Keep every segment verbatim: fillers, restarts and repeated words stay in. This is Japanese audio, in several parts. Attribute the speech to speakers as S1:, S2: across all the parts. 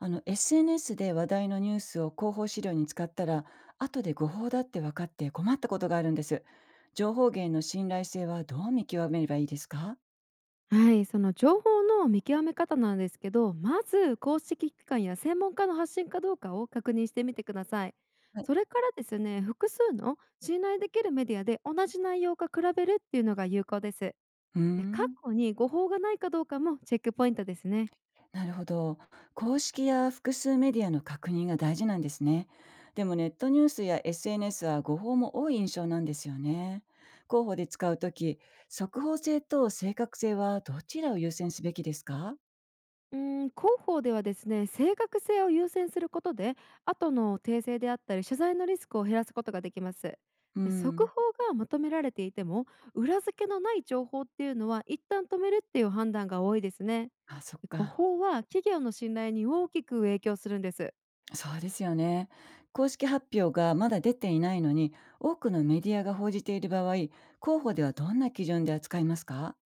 S1: あの エスエヌエス で話題のニュースを広報資料に使ったら後で誤報だって分かって困ったことがあるんです。情報源の信頼性はどう見極めればいいですか？
S2: はい、その情報の見極め方なんですけど、まず公式機関や専門家の発信かどうかを確認してみてください。
S1: はい。
S2: それからですね、複数の信頼できるメディアで同じ内容か比べるっていうのが有効です。
S1: うー
S2: で、過
S1: ん。
S2: 去に誤報がないかどうかもチェックポイントですね。
S1: なるほど。公式や複数メディアの確認が大事なんですね。でもネットニュースや エスエヌエス は誤報も多い印象なんですよね。広報で使うとき、速報性と正確性はどちらを優先すべきですか？
S2: うん、広報ではですね、正確性を優先することで後の訂正であったり謝罪のリスクを減らすことができます。
S1: う
S2: で、速
S1: ん。
S2: 報が求められていても裏付けのない情報っていうのは一旦止めるっていう判断が多いですね。
S1: あ、そっ
S2: で、誤
S1: か。
S2: 報は企業の信頼に大きく影響するんです。
S1: そうですよね。公式発表がまだ出ていないのに、多くのメディアが報じている場合、広報ではどんな基準で扱いますか？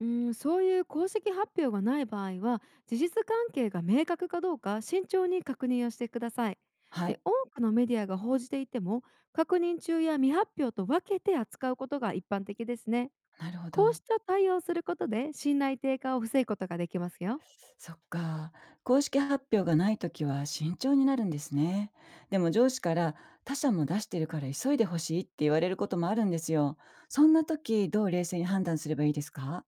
S2: うん、そういう公式発表がない場合は事実関係が明確かどうか慎重に確認をしてください。
S1: は
S2: で、
S1: い。
S2: 多くのメディアが報じていても確認中や未発表と分けて扱うことが一般的ですね。
S1: なるほ
S2: こう
S1: ど。
S2: した対応をすることで信頼低下を防ぐことができますよ。
S1: そっか。公式発表がないときは慎重になるんですね。でも上司から他社も出してるから急いでほしいって言われることもあるんですよ。そんな時どう冷静に判断すればいいですか？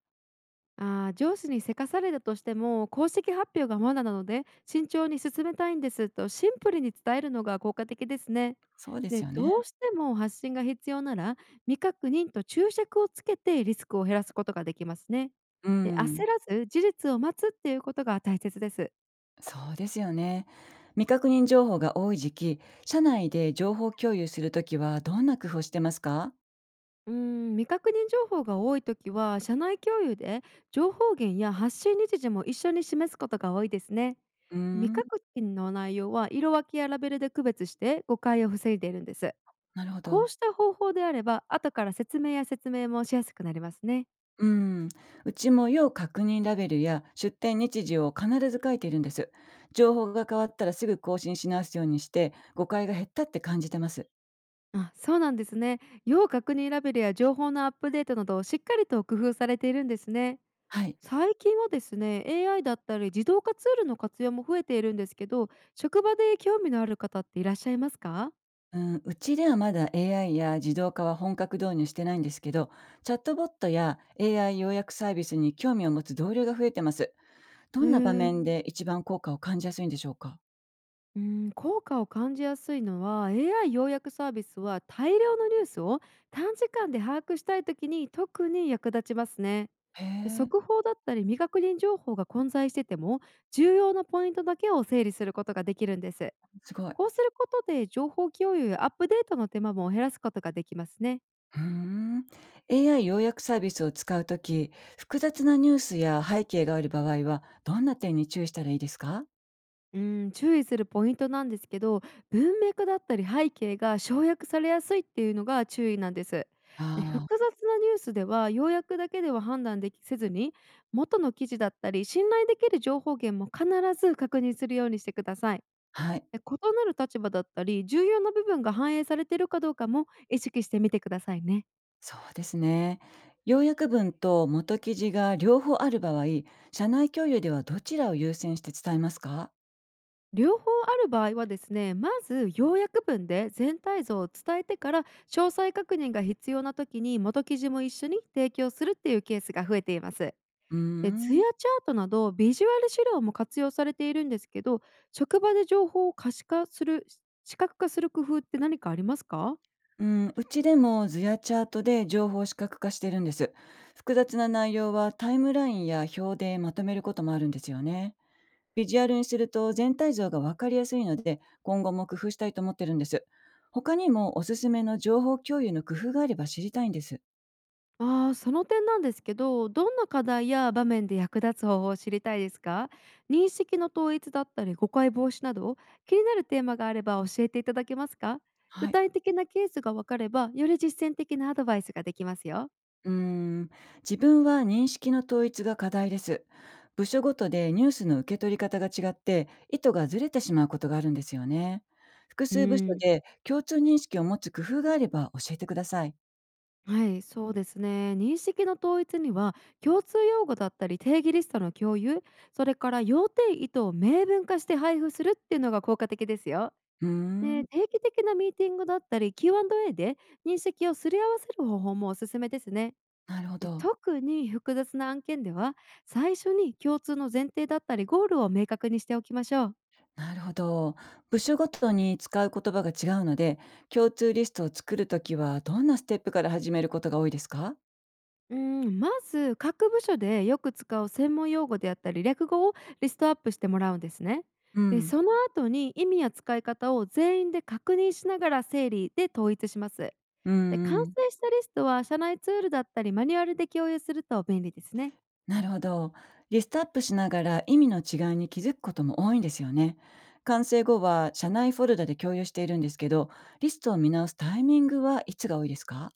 S2: あー上司にせかされたとしても、公式発表がまだなので慎重に進めたいんですと、シンプルに伝えるのが効果的ですね。
S1: そうです
S2: で、
S1: よ
S2: ど
S1: ね。
S2: うしても発信が必要なら未確認と注釈をつけてリスクを減らすことができますね。
S1: う
S2: で、
S1: ん。
S2: 焦らず事実を待つっていうことが大切です。
S1: そうですよね。未確認情報が多い時期、社内で情報共有するときはどんな工夫をしてますか？
S2: うーん未確認情報が多いときは、社内共有で情報源や発信日時も一緒に示すことが多いですね。
S1: うー
S2: 未
S1: ん。
S2: 確認の内容は色分けやラベルで区別して誤解を防いでいるんです。
S1: なるほ
S2: こう
S1: ど。
S2: した方法であれば、後から説明や説明もしやすくなりますね。
S1: うん、うちも要確認ラベルや出店日時を必ず書いているんです。情報が変わったらすぐ更新し直すようにして誤解が減ったって感じてます。
S2: あ、そうなんですね。要確認ラベルや情報のアップデートなどをしっかりと工夫されているんですね。
S1: はい。
S2: 最近はですね、エーアイ だったり自動化ツールの活用も増えているんですけど、職場で興味のある方っていらっしゃいますか？
S1: うん、うちではまだ エーアイ や自動化は本格導入してないんですけど、チャットボットや エーアイ 要約サービスに興味を持つ同僚が増えてます。ど
S2: え
S1: んな場
S2: ー、
S1: 面で一番効果を感じやすいんでしょうか？
S2: うん、効果を感じやすいのは、 エーアイ 要約サービスは大量のニュースを短時間で把握したい時に特に役立ちますね。
S1: へ
S2: で、
S1: え、
S2: 速報だったり未確認情報が混在してても、重要なポイントだけを整理することができるんです。
S1: すごい。
S2: こうすることで情報共有やアップデートの手間も減らすことができますね。
S1: うーん。エーアイ 要約サービスを使うとき、複雑なニュースや背景がある場合は、どんな点に注意したらいいですか？
S2: うん、注意するポイントなんですけど、文脈だったり背景が省略されやすいっていうのが注意なんです。で、
S1: あ
S2: 複
S1: あ、
S2: 雑なニュースでは要約だけでは判断できせずに、元の記事だったり信頼できる情報源も必ず確認するようにしてください。
S1: はい、
S2: で、異なる立場だったり重要な部分が反映されているかどうかも意識してみてくださいね。
S1: そうですね。要約文と元記事が両方ある場合、社内共有ではどちらを優先して伝えますか？
S2: 両方ある場合はですね、まず要約文で全体像を伝えてから、詳細確認が必要な時に元記事も一緒に提供するっていうケースが増えています。
S1: うー
S2: で、図や
S1: ん。
S2: チャートなどビジュアル資料も活用されているんですけど、職場で情報を可視化する、視覚化する工夫って何かありますか？
S1: うん、うちでも図やチャートで情報を視覚化してるんです。複雑な内容はタイムラインや表でまとめることもあるんですよね。ビジュアルにすると全体像がわかりやすいので、今後も工夫したいと思ってるんです。他にもおすすめの情報共有の工夫があれば知りたいんです。
S2: ああ、その点なんですけど、どんな課題や場面で役立つ方法を知りたいですか？認識の統一だったり誤解防止など、気になるテーマがあれば教えていただけますか？具
S1: はい。
S2: 体的なケースがわかれば、より実践的なアドバイスができますよ。
S1: うーん、自分は認識の統一が課題です。部署ごとでニュースの受け取り方が違って、意図がずれてしまうことがあるんですよね。複
S2: う
S1: 数部署
S2: ん、
S1: で共通認識を持つ工夫があれば教えてください。
S2: はい、そうですね。認識の統一には、共通用語だったり定義リストの共有、それから要点意図を明文化して配布するっていうのが効果的ですよ。
S1: うー
S2: で、
S1: ん、
S2: 定期的なミーティングだったり キューアンドエー で認識をすり合わせる方法もおすすめですね。
S1: なるほ
S2: で、
S1: ど。
S2: 特に複雑な案件では、最初に共通の前提だったりゴールを明確にしておきましょう。
S1: なるほど。部署ごとに使う言葉が違うので、共通リストを作るときはどんなステップから始めることが多いですか？
S2: うん、まず各部署でよく使う専門用語であったり略語をリストアップしてもらうんですね。
S1: う
S2: で、
S1: ん。
S2: その後に意味や使い方を全員で確認しながら整理で統一します。
S1: う
S2: で、
S1: ん
S2: 完
S1: うん。
S2: 成したリストは社内ツールだったりマニュアルで共有すると便利ですね。
S1: なるほど。リストアップしながら意味の違いに気づくことも多いんですよね。完成後は社内フォルダで共有しているんですけど、リストを見直すタイミングはいつが多いですか？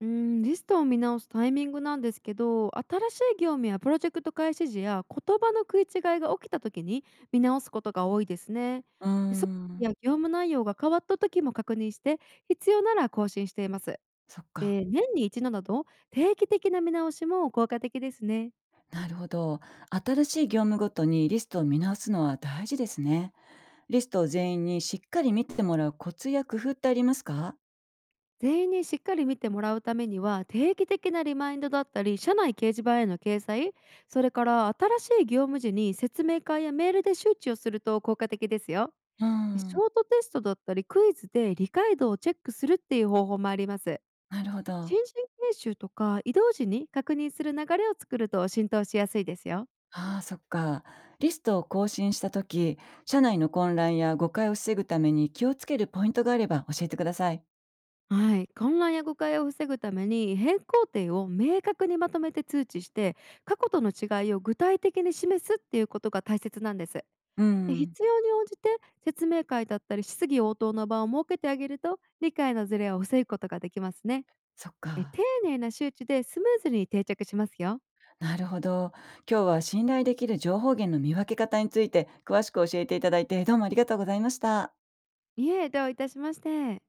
S2: うーん、リストを見直すタイミングなんですけど、新しい業務やプロジェクト開始時や言葉の食い違いが起きた時に見直すことが多いですね。
S1: うー
S2: で、そ
S1: ん。
S2: や業務内容が変わった時も確認して、必要なら更新しています。
S1: そっか。
S2: で、年に一度など定期的な見直しも効果的ですね。
S1: なるほど。新しい業務ごとにリストを見直すのは大事ですね。リストを全員にしっかり見てもらうコツや工夫ってありますか？
S2: 全員にしっかり見てもらうためには、定期的なリマインドだったり、社内掲示板への掲載、それから新しい業務時に説明会やメールで周知をすると効果的ですよ。
S1: う
S2: シ
S1: ん、
S2: ョートテストだったりクイズで理解度をチェックするっていう方法もあります。
S1: なるほど。
S2: 新人研修とか移動時に確認する流れを作ると浸透しやすいですよ。
S1: ああ、そっか。リストを更新したとき、社内の混乱や誤解を防ぐために気をつけるポイントがあれば教えてください。
S2: はい、混乱や誤解を防ぐために変更点を明確にまとめて通知して、過去との違いを具体的に示すっていうことが大切なんです。
S1: う
S2: で、
S1: ん、
S2: 必要に応じて説明会だったり質疑応答の場を設けてあげると、理解のズレを防ぐことができますね。
S1: そっ
S2: え
S1: か。
S2: 丁寧な周知でスムーズに定着しますよ。
S1: なるほど。今日は信頼できる情報源の見分け方について詳しく教えていただいて、どうもありがとうございました。
S2: いえ、どういたしまして。